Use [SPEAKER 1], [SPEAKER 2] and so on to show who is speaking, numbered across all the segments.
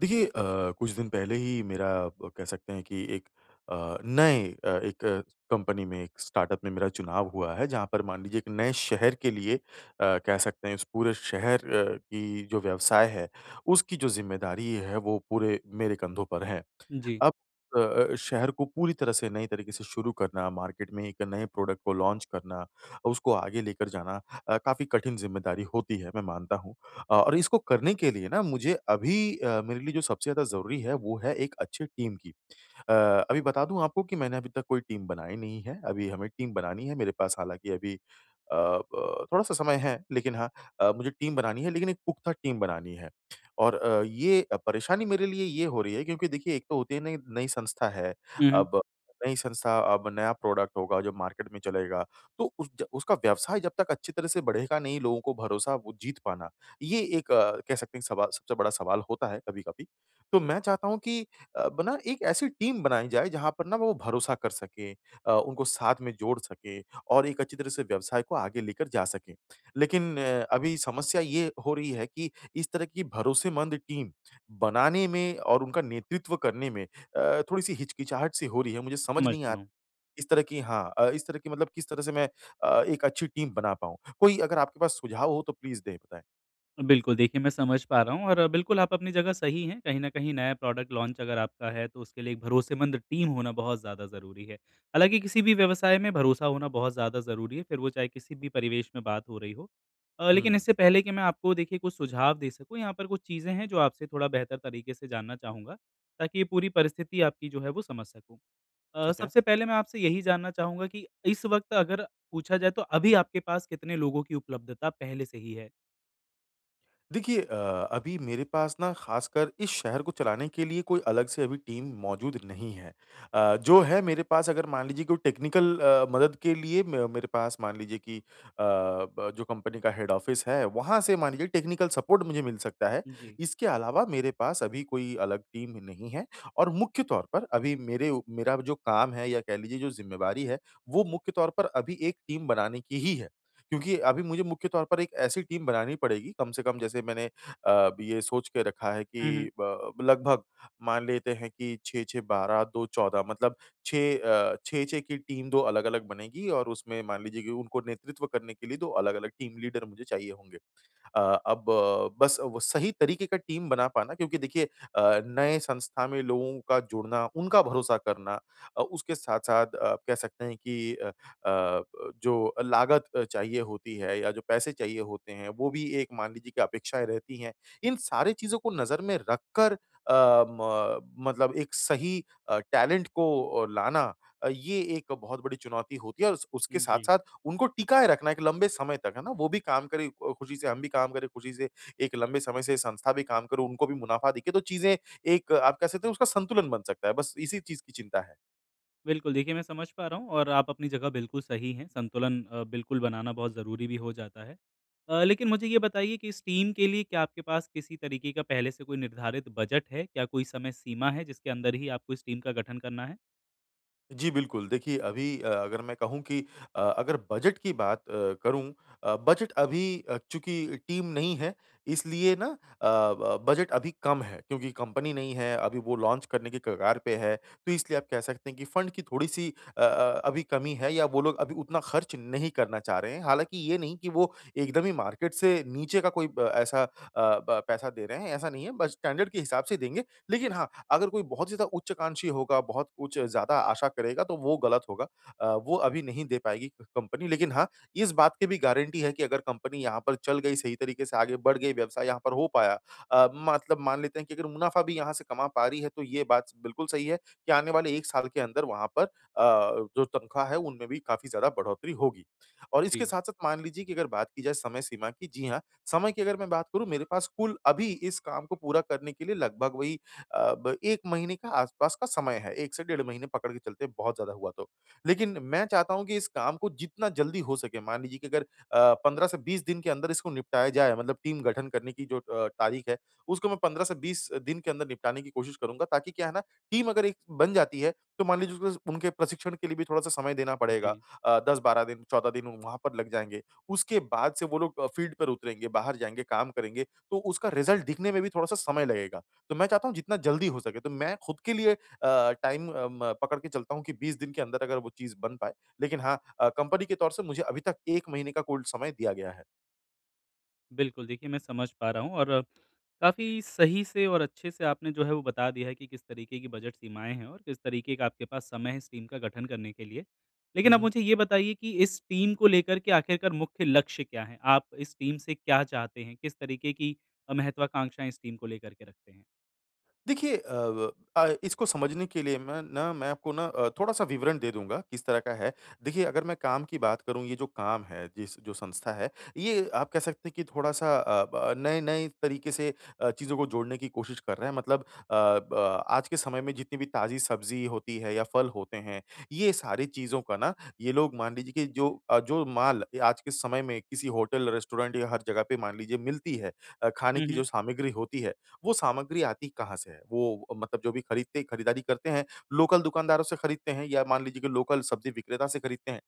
[SPEAKER 1] देखिए कुछ दिन पहले ही मेरा कह सकते हैं कि एक नए एक कंपनी में एक स्टार्टअप में मेरा चुनाव हुआ है जहाँ पर मान लीजिए एक नए शहर के लिए कह सकते हैं उस पूरे शहर की जो व्यवसाय है उसकी जो ज़िम्मेदारी है वो पूरे मेरे कंधों पर है।
[SPEAKER 2] जी।
[SPEAKER 1] अब शहर को पूरी तरह से नए तरीके से शुरू करना, मार्केट में एक नए प्रोडक्ट को लॉन्च करना, उसको आगे लेकर जाना काफ़ी कठिन ज़िम्मेदारी होती है, मैं मानता हूँ। और इसको करने के लिए ना मुझे अभी मेरे लिए जो सबसे ज़्यादा ज़रूरी है वो है एक अच्छी टीम की। अ, अभी बता दूँ आपको कि मैंने अभी तक कोई टीम बनाई नहीं है, अभी हमें टीम बनानी है। मेरे पास हालाँकि अभी अ, ब थोड़ा-सा समय है लेकिन हाँ मुझे टीम बनानी है लेकिन एक पुख्ता टीम बनानी है। और ये परेशानी मेरे लिए ये हो रही है क्योंकि देखिए एक तो होती है नई नई संस्था है,
[SPEAKER 2] हुँ, हुँ।
[SPEAKER 1] अब नई संस्था, अब नया प्रोडक्ट होगा जो मार्केट में चलेगा, तो उस ज उसका व्यवसाय जब तक अच्छी तरह से बढ़ेगा नहीं, लोगों को भरोसा वो जीत पाना, ये एक कह सकते हैं सवाल सबसे बड़ा सवाल होता है कभी-कभी। तो मैं चाहता हूँ कि अब ना एक ऐसी टीम बनाई जाए जहाँ पर ना वो भरोसा कर सकें, उनको साथ में जोड़ सकें और एक अच्छी तरह से व्यवसाय को आगे लेकर जा सकें। लेकिन अभी समस्या ये हो रही है कि इस तरह की भरोसेमंद टीम बनाने में और उनका नेतृत्व करने में थोड़ी-सी हिचकिचाहट सी हो रही है। मुझे समझ
[SPEAKER 2] समझ
[SPEAKER 1] नहीं आ,
[SPEAKER 2] रहा हूँ।
[SPEAKER 1] इस तरह की, हाँ, इस तरह की मतलब किस तरह से मैं एक अच्छी टीम बना पाऊँ? कोई अगर आपके पास सुझाव हो तो प्लीज़ दें, बताएँ।
[SPEAKER 2] बिल्कुल, देखिए मैं समझ पा रहा हूँ और बिल्कुल आप अपनी जगह सही हैं। कहीं न कहीं नया प्रोडक्ट लॉन्च अगर आपका है तो उसके लिए एक भरोसेमंद टीम होना बहुत ज़्यादा ज़रूरी है। हालाँकि किसी भी व्यवसाय में भरोसा होना बहुत ज़्यादा ज़रूरी है, फिर वो चाहे किसी भी परिवेश में बात हो रही हो। लेकिन
[SPEAKER 1] हुँ,
[SPEAKER 2] इससे पहले कि मैं आपको देखिए कुछ सुझाव दे सकूँ, यहाँ पर कुछ चीज़ें हैं जो आपसे थोड़ा बेहतर तरीके से जानना चाहूँगा, ताकि ये पूरी परिस्थिति आपकी जो है वो समझ सकूँ।
[SPEAKER 1] ठीक है।
[SPEAKER 2] सबसे पहले मैं आपसे यही जानना चाहूँगा कि इस वक़्त अगर पूछा जाए तो अभी आपके पास कितने लोगों की उपलब्धता पहले से ही है?
[SPEAKER 1] देखिए अभी मेरे पास ना ख़ासकर इस शहर को चलाने के लिए कोई अलग से अभी टीम मौजूद नहीं है। जो है मेरे पास, अगर मान लीजिए कोई टेक्निकल मदद के लिए, म मेरे पास मान लीजिए कि अ, ब जो कंपनी का हेड ऑफ़िस है, वहाँ से मान लीजिए टेक्निकल सपोर्ट मुझे मिल सकता है।
[SPEAKER 2] जी।
[SPEAKER 1] इसके अलावा मेरे पास अभी कोई अलग टीम नहीं है और मुख्य तौर पर अभी मेरे उ मेरा जो काम है या कह लीजिए जो ज़िम्मेवारी है, वो मुख्य तौर पर अभी एक टीम बनाने की ही है। क्योंकि अभी मुझे मुख्य तौर पर एक ऐसी टीम बनानी पड़ेगी कम से कम, जैसे मैंने ये सोच के रखा है
[SPEAKER 2] हुँ,
[SPEAKER 1] कि
[SPEAKER 2] हुँ।
[SPEAKER 1] लगभग मान लेते हैं कि 6 6 12 2 14 मतलब 6 6 6 की टीम दो अलग-अलग बनेगी और उसमें मान लीजिए कि उनको नेतृत्व करने के लिए दो अलग-अलग टीम लीडर मुझे चाहिए होंगे। अ, अब बस वो सही तरीके का टीम बना पाना, क्योंकि देखिए नए संस्था में लोगों का जुड़ना, उनका भरोसा करना, उसके साथ-साथ आप कह सकते हैं कि अ, जो लागत चाहिए होती है या जो पैसे चाहिए होते हैं, वो भी एक मान लीजिए कि अपेक्षाएँ रहती हैं। इन सारी चीज़ों को नज़र में रखकर अ, म मतलब एक सही टैलेंट को लाना, ये एक बहुत बड़ी चुनौती होती है और उस उसके
[SPEAKER 2] जी।
[SPEAKER 1] साथ-साथ उनको टिकाए रखना एक लंबे समय तक, है ना? वो भी काम करें खुशी से, हम भी काम करें खुशी से, एक लंबे समय से संस्था भी काम करे, उनको भी मुनाफ़ा दिखे, तो चीज़ें एक आप कह सकते हो उसका संतुलन बन सकता है, बस इसी चीज़ की चिंता है।
[SPEAKER 2] बिल्कुल, देखिए मैं समझ पा रहा हूँ और आप अपनी जगह बिल्कुल सही हैं, संतुलन बिल्कुल बनाना बहुत ज़रूरी भी हो जाता है। लेकिन मुझे ये बताइए कि इस टीम के लिए क्या आपके पास किसी तरीके का पहले से कोई निर्धारित बजट है? क्या कोई समय सीमा है जिसके अंदर ही आपको इस टीम का गठन करना है?
[SPEAKER 1] जी, बिल्कुल। देखिए, अभी अगर मैं कहूँ कि अगर बजट की बात करूँ, बजट अभी चूँकि टीम नहीं है, इसलिए ना अ, ब बजट अभी कम है, क्योंकि कंपनी नहीं है, अभी वो लॉन्च करने की कगार पे है। तो इसलिए आप कह सकते हैं कि फंड की थोड़ी-सी अभी कमी है या वो लोग अभी उतना खर्च नहीं करना चाह रहे हैं। हालाँकि ये नहीं कि वो एकदम ही मार्केट से नीचे का कोई ब ऐसा अ, ब पैसा दे रहे हैं, ऐसा नहीं है, बस स्टैंडर्ड के हिसाब से देंगे। लेकिन हाँ, अगर कोई बहुत ही ज़्यादा उच्चाकांक्षी होगा, बहुत कुछ ज़्यादा आशा करेगा तो वो गलत होगा। वो अभी नहीं दे पाएगी क कंपनी, लेकिन हाँ, इस बात की भी गारंटी है कि अगर कंपनी यहाँ पर चल गई, सही तरीके से आगे बढ़ गई, व्यवसाय यहाँ पर हो पाया, मतलब मान लेते हैं कि अगर मुनाफ़ा भी यहाँ से कमा पा रही है, तो ये बात बिल्कुल सही है कि आने वाले 1 साल के अंदर वहाँ पर जो तनख्वाह है उनमें भी काफ़ी ज़्यादा बढ़ोतरी होगी। और इसके
[SPEAKER 2] जी,
[SPEAKER 1] साथ-साथ मान लीजिए कि अगर बात की जाए समय सीमा की, जी हाँ, समय की अगर मैं बात करूँ, मेरे पास कुल अभी इस काम को पूरा करने के लिए लगभग वही अ, ब 1 महीने का आसपास का समय है, 1 से डेढ़ महीने पकड़ के चलते हैं बहुत ज़्यादा हुआ तो। लेकिन मैं चाहता हूँ कि इस काम को जितना जल्दी हो सके, मान लीजिए कि अगर 15 से 20 दिन के अंदर इसको निपटाया जाए, मतलब टीम गठन करने की जो तारीख है, उसको मैं 15 से 20 दिन के अंदर निपटाने की कोशिश करूँगा, ताकि क्या है ना, टीम अगर एक बन जाती है, तो मान लीजिए उसको उनके प्रशिक्षण के लिए भी थोड़ा-सा समय देना पड़ेगा।
[SPEAKER 2] जी।
[SPEAKER 1] 10-12 दिन, 14 दिन वहाँ पर लग जाएँगे। उसके बाद से वो लोग फ़ील्ड पर उतरेंगे, बाहर जाएँगे, काम करेंगे, तो उसका रिज़ल्ट दिखने में भी थोड़ा-सा समय लगेगा। तो मैं चाहता हूँ जितना जल्दी हो सके, तो मैं खुद के लिए टाइम अ, म पकड़ के चलता हूँ कि 20 दिन के अंदर अगर वो चीज़ बन पाए। लेकिन हाँ, कंपनी के तौर से मुझे अभी तक 1 महीने का कुल समय दिया गया है।
[SPEAKER 2] बिल्कुल, देखिए मैं समझ पा रहा हूँ और काफ़ी सही से और अच्छे से आपने जो है वो बता दिया है कि किस तरीके की बजट सीमाएँ हैं और किस तरीके का आपके पास समय है इस टीम का गठन करने के लिए।
[SPEAKER 1] हुँ,
[SPEAKER 2] लेकिन आप
[SPEAKER 1] हुँ।
[SPEAKER 2] मुझे ये बताइए कि इस टीम को लेकर के आखिरकार मुख्य लक्ष्य क्या हैं? आप इस टीम से क्या चाहते हैं? किस तरीके की महत्वाकांक्षाएँ इस टीम को लेकर के रखते हैं?
[SPEAKER 1] देखिए इसको समझने के लिए मैं ना, मैं आपको ना थोड़ा-सा विवरण दे दूँगा किस तरह का है। देखिए अगर मैं काम की बात करूँ, ये जो काम है, जिस जो संस्था है, ये आप कह सकते हैं कि थोड़ा-सा अ, ब नए-नए तरीके से चीज़ों को जोड़ने की कोशिश कर रहा है, मतलब अ, ब आज के समय में जितनी भी ताज़ी सब्ज़ी होती है या फल होते हैं, ये सारी चीज़ों का ना ये लोग मान लीजिए कि जो जो माल ये आज के समय में किसी होटल, रेस्टोरेंट या हर जगह पे मान लीजिए मिलती है, खाने
[SPEAKER 2] हुँ,
[SPEAKER 1] की जो
[SPEAKER 2] हुँ।
[SPEAKER 1] सामग्री होती है, वो सामग्री आती कहाँ से है? वो मतलब जो भी खरीदते खरीदारी करते हैं, लोकल दुकानदारों से खरीदते हैं या मान लीजिए कि लोकल सब्ज़ी विक्रेता से खरीदते हैं।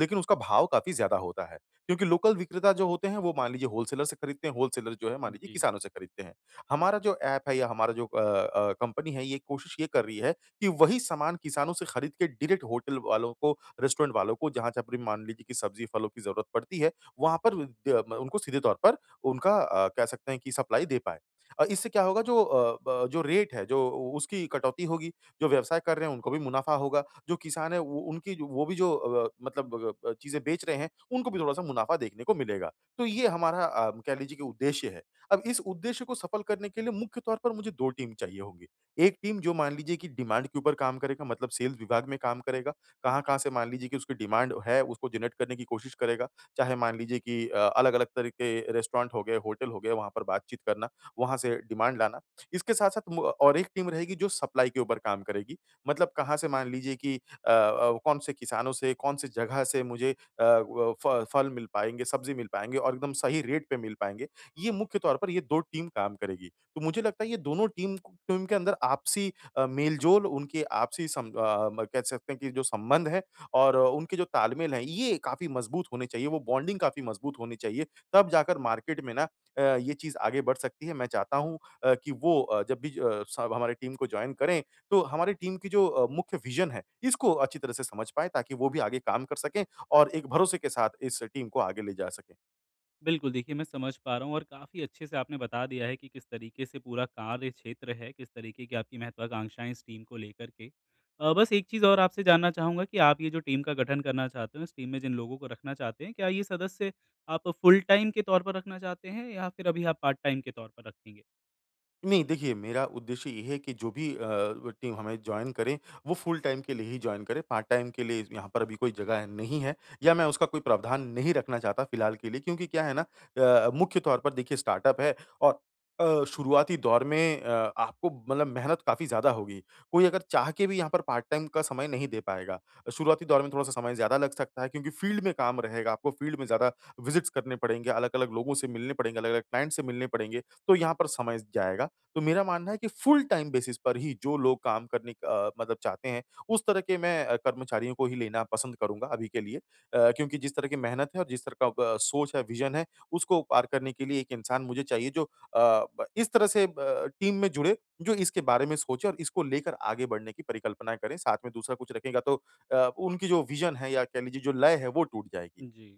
[SPEAKER 1] लेकिन उसका भाव काफ़ी ज़्यादा होता है, क्योंकि लोकल विक्रेता जो होते हैं वो मान लीजिए होलसेलर से खरीदते हैं, होलसेलर जो है मान लीजिए
[SPEAKER 2] जी,
[SPEAKER 1] किसानों से खरीदते हैं। हमारा जो ऐप है या हमारा जो कंपनी है, ये कोशिश ये कर रही है कि वही सामान किसानों से खरीद के डायरेक्ट होटल वालों को, रेस्टोरेंट वालों को, जहाँ-जहाँ पर भी मान लीजिए कि सब्ज़ी फलों की ज़रूरत पड़ती है, वहाँ पर द म उनको सीधे तौर पर उनका, कह सकते हैं कि सप्लाई दे पाए। इससे क्या होगा, जो अ, ब जो रेट है, जो उ उसकी कटौती होगी, जो व्यवसाय कर रहे हैं उनको भी मुनाफ़ा होगा, जो किसान है वो उनकी जो, वो भी जो मतलब चीज़ें बेच रहे हैं, उनको भी थोड़ा-सा मुनाफ़ा देखने को मिलेगा। तो ये हमारा कह लीजिए कि उद्देश्य है। अब इस उद्देश्य को सफल करने के लिए मुख्य तौर पर मुझे 2 टीम चाहिए होंगी। एक टीम जो मान लीजिए कि डिमांड के ऊपर काम करेगा, मतलब सेल्स विभाग में काम करेगा,
[SPEAKER 2] जी।
[SPEAKER 1] कहाँ-कहाँ से मान लीजिए कि उसकी डिमांड है, उसको जनरेट करने की कोशिश करेगा, चाहे मान लीजिए कि अलग-अलग तरह के रेस्टोरेंट हो गए, होटल हो गए, वहाँ पर बातचीत करना, वहाँ से डिमांड लाना। इसके साथ-साथ मु और एक टीम रहेगी जो सप्लाई के ऊपर काम करेगी। मतलब कहाँ से मान लीजिए कि कौन से किसानों से, कौन से जगह से मुझे अ, व फ फल मिल पाएँगे, सब्ज़ी मिल पाएँगे और एकदम सही रेट पे मिल पाएँगे। ये मुख्य तौर पर ये 2 टीम काम करेगी। तो मुझे लगता है ये दोनों टीम क टीम के अंदर आपसी मेल-जोल, उनके आपसी कह सकते हैं कि जो संबंध है और उनके जो तालमेल है, ये काफ़ी मज़बूत होने चाहिए, वो बॉन्डिंग काफ़ी मज़बूत होनी चाहिए। तब जाकर मार्केट में ना ये चीज़ आगे बढ़ सकती है। मैं चाहता हूँ कि वो जब भी सब हमारी टीम को जॉइन करें, तो हमारी टीम की जो मुख्य विज़न है, इसको अच्छी तरह से समझ पाएँ ताकि वो भी आगे काम कर सकें और एक भरोसे के साथ इस टीम को आगे ले जा सकें।
[SPEAKER 2] बिल्कुल, देखिए मैं समझ पा रहा हूँ और काफ़ी अच्छे से आपने बता दिया है कि किस तरीके से पूरा कार्य क्षेत्र है, किस तरीके की आपकी महत्वाकांक्षाएँ इस टीम को लेकर के। बस एक चीज़ और आपसे जानना चाहूँगा कि आप ये जो टीम का गठन करना चाहते हो, इस टीम में जिन लोगों को रखना चाहते हैं, क्या ये सदस्य आप फुल टाइम के तौर पर रखना चाहते हैं या फिर अभी आप पार्ट टाइम के तौर पर रखेंगे?
[SPEAKER 1] नहीं, देखिए मेरा उद्देश्य ये है कि जो भी अ, व टीम हमें जॉइन करे, वो फुल टाइम के लिए ही जॉइन करे, पार्ट टाइम के लिए यहाँ पर अभी कोई जगह नहीं है या मैं उसका कोई प्रावधान नहीं रखना चाहता फिलहाल के लिए, क्योंकि क्या है ना, मुख्य तौर पर देखिए स्टार्टअप है और शुरुआती दौर में आपको मतलब मेहनत काफ़ी ज़्यादा होगी। कोई अगर चाह के भी यहाँ पर पार्ट टाइम का समय नहीं दे पाएगा। शुरुआती दौर में थोड़ा-सा समय ज़्यादा लग सकता है, क्योंकि फील्ड में काम रहेगा, आपको फील्ड में ज़्यादा विज़िट्स करने पड़ेंगे, अलग-अलग लोगों से मिलने पड़ेंगे, अलग-अलग क्लाइंट से मिलने पड़ेंगे, तो यहाँ पर समय जाएगा। तो मेरा मानना है कि फुल टाइम बेसिस पर ही जो लोग काम करने का मतलब चाहते हैं, उस तरह के मैं कर्मचारियों को ही लेना पसंद करूँगा अभी के लिए। क्योंकि जिस तरह की मेहनत है और जिस तरह का ब सोच है, विज़न है, उसको पार करने के लिए एक इंसान मुझे चाहिए जो अ, ब इस तरह से ब टीम में जुड़े, जो इसके बारे में सोचे और इसको लेकर आगे बढ़ने की परिकल्पना करें। साथ में दूसरा कुछ रखेगा तो उनकी जो विज़न है या कह लीजिए जो लय है, वो टूट जाएगी।
[SPEAKER 2] जी।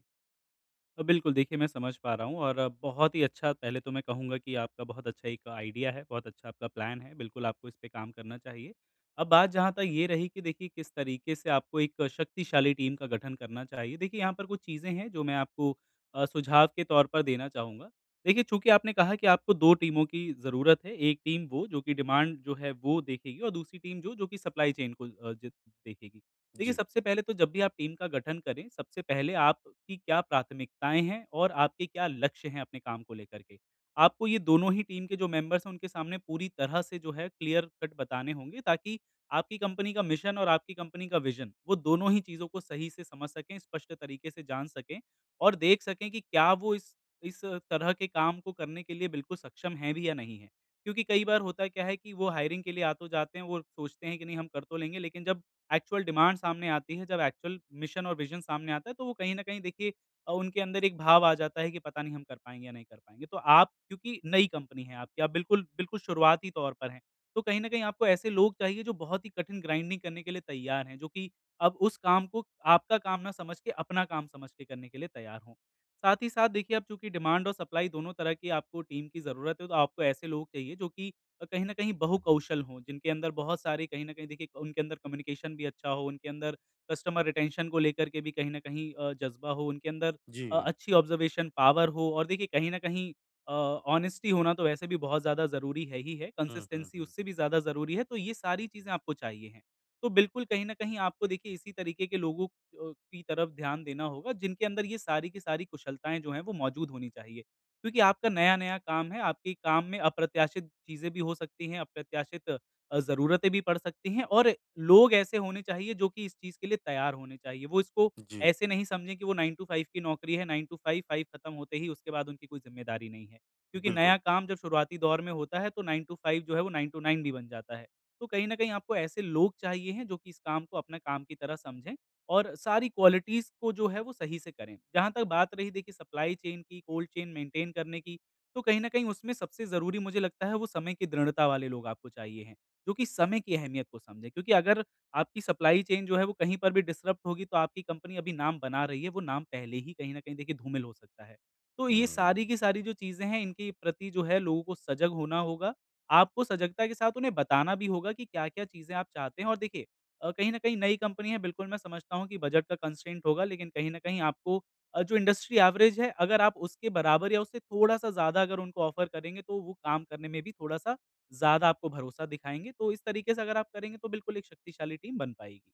[SPEAKER 2] बिल्कुल देखिए मैं समझ पा रहा हूँ और बहुत ही अच्छा पहले तो मैं कहूँगा कि आपका बहुत अच्छा एक आइडिया है, बहुत अच्छा आपका प्लान है, बिल्कुल आपको इस पे काम करना चाहिए। अब बात जहाँ तक ये रही कि देखिए किस तरीके से आपको एक शक्तिशाली टीम का गठन करना चाहिए, देखिए यहाँ पर कुछ चीज़ें हैं जो मैं आपको सुझाव के तौर पर देना चाहूँगा। देखिए चूँकि आपने कहा कि आपको 2 टीमों की ज़रूरत है, एक टीम वो जो कि डिमांड जो है वो देखेगी और दूसरी टीम जो कि सप्लाई चेन को अ, ज देखेगी। देखिए,
[SPEAKER 1] जी।
[SPEAKER 2] सबसे पहले तो जब भी आप टीम का गठन करें, सबसे पहले आपकी क्या प्राथमिकताएँ हैं और आपके क्या लक्ष्य हैं अपने काम को लेकर के। आपको ये दोनों ही टीम के जो मेंबर्स हैं, उनके सामने पूरी तरह से जो है क्लियर कट बताने होंगे ताकि आपकी कंपनी का मिशन और आपकी कंपनी का विज़न, वो दोनों ही चीज़ों को सही से समझ सकें, स्पष्ट तरीके से जान सकें और देख सकें कि क्या वो इस तरह के काम को करने के लिए बिल्कुल सक्षम हैं भी या नहीं हैं। क्योंकि कई बार होता क्या है कि वो हायरिंग के लिए आ तो जाते हैं, वो सोचते हैं कि नहीं हम कर तो लेंगे, लेकिन जब एक्चुअल डिमांड सामने आती है, जब एक्चुअल मिशन और विज़न सामने आता है, तो वो कहीं न कहीं देखिए उनके अंदर एक भाव आ जाता है कि पता नहीं हम कर पाएँगे या नहीं कर पाएँगे। तो आप क्योंकि नई कंपनी है आपकी, आप बिल्कुल बिल्कुल शुरुआती तौर पर हैं, तो कहीं न कहीं आपको ऐसे लोग चाहिए जो बहुत ही कठिन ग्राइंडिंग करने के लिए तैयार हैं, जो कि अब उस काम को आपका काम ना समझ के अपना काम समझ के करने के लिए तैयार हों। साथ ही साथ देखिए अब चूँकि डिमांड और सप्लाई दोनों तरह की आपको टीम की ज़रूरत है, तो आपको ऐसे लोग चाहिए जो कि कहीं न कहीं बहु-कौशल हों, जिनके अंदर बहुत सारी कहीं न कहीं देखिए उनके अंदर कम्युनिकेशन भी अच्छा हो, उनके अंदर कस्टमर रिटेंशन को लेकर के भी कहीं न कहीं जज़्बा हो, उनके अंदर
[SPEAKER 1] जी।
[SPEAKER 2] अच्छी ऑब्ज़र्वेशन पावर हो और देखिए कहीं न कहीं ऑनेस्टी होना तो वैसे भी बहुत ज़्यादा ज़रूरी है ही है,
[SPEAKER 1] हुँ, हुँ,
[SPEAKER 2] कंसिस्टेंसी
[SPEAKER 1] हुँ।
[SPEAKER 2] उससे भी ज़्यादा ज़रूरी है, तो ये सारी चीज़ें आपको चाहिए हैं। तो बिल्कुल कहीं न कहीं आपको देखिए इसी तरीके के लोगों की तरफ ध्यान देना होगा जिनके अंदर ये सारी की सारी कुशलताएँ जो हैं वो मौजूद होनी चाहिए। क्योंकि आपका नया-नया काम है, आपके काम में अप्रत्याशित चीज़ें भी हो सकती हैं, अप्रत्याशित ज़रूरतें भी पड़ सकती हैं और लोग ऐसे होने चाहिए जो कि इस चीज़ के लिए तैयार होने चाहिए। वो इसको
[SPEAKER 1] जी,
[SPEAKER 2] ऐसे नहीं समझें कि वो 9 टू 5 की नौकरी है, 9 टू 5, 5 खत्म होते ही उसके बाद उनकी कोई ज़िम्मेदारी नहीं है। क्योंकि
[SPEAKER 1] बिल्कुल।
[SPEAKER 2] नया काम जब शुरुआती दौर में होता है तो 9 टू 5 जो है वो 9 टू 9 भी बन जाता है। तो कहीं न कहीं आपको ऐसे लोग चाहिए हैं जो कि इस काम को अपना काम की तरह समझें और सारी क्वालिटीज़ को जो है वो सही से करें। जहाँ तक बात रही देखिए सप्लाई चेन की, कोल्ड चेन मेंटेन करने की, तो कहीं न कहीं उसमें सबसे ज़रूरी मुझे लगता है वो समय की दृढ़ता वाले लोग आपको चाहिए हैं, जो कि समय की अहमियत को समझें। क्योंकि अगर आपकी सप्लाई चेन जो है वो कहीं पर भी डिसरप्ट होगी तो आपकी कंपनी अभी नाम बना रही है, वो नाम पहले ही कहीं न कहीं देखिए धूमिल हो सकता है। तो ये सारी
[SPEAKER 1] हुँ।
[SPEAKER 2] की सारी जो चीज़ें हैं इनके प्रति जो है लोगों को सजग होना होगा। आपको सजगता के साथ उन्हें बताना भी होगा कि क्या-क्या चीज़ें आप चाहते हैं और देखिए कहीं न कहीं नई कंपनी है, बिल्कुल मैं समझता हूँ कि बजट का कंस्ट्रेंट होगा, लेकिन कहीं न कहीं आपको जो इंडस्ट्री एवरेज है, अगर आप उसके बराबर या उससे थोड़ा-सा ज़्यादा अगर उनको ऑफ़र करेंगे, तो वो काम करने में भी थोड़ा-सा ज़्यादा आपको भरोसा दिखाएँगे। तो इस तरीके से अगर आप करेंगे, तो बिल्कुल एक शक्तिशाली टीम बन पाएगी।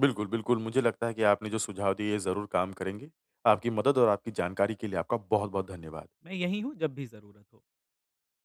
[SPEAKER 1] बिल्कुल, बिल्कुल। मुझे लगता है कि आपने जो सुझाव दिए ये ज़रूर काम करेंगे। आपकी मदद और आपकी जानकारी के लिए आपका बहुत-बहुत धन्यवाद।
[SPEAKER 2] मैं यहीं हूँ, जब भी ज़रूरत हो।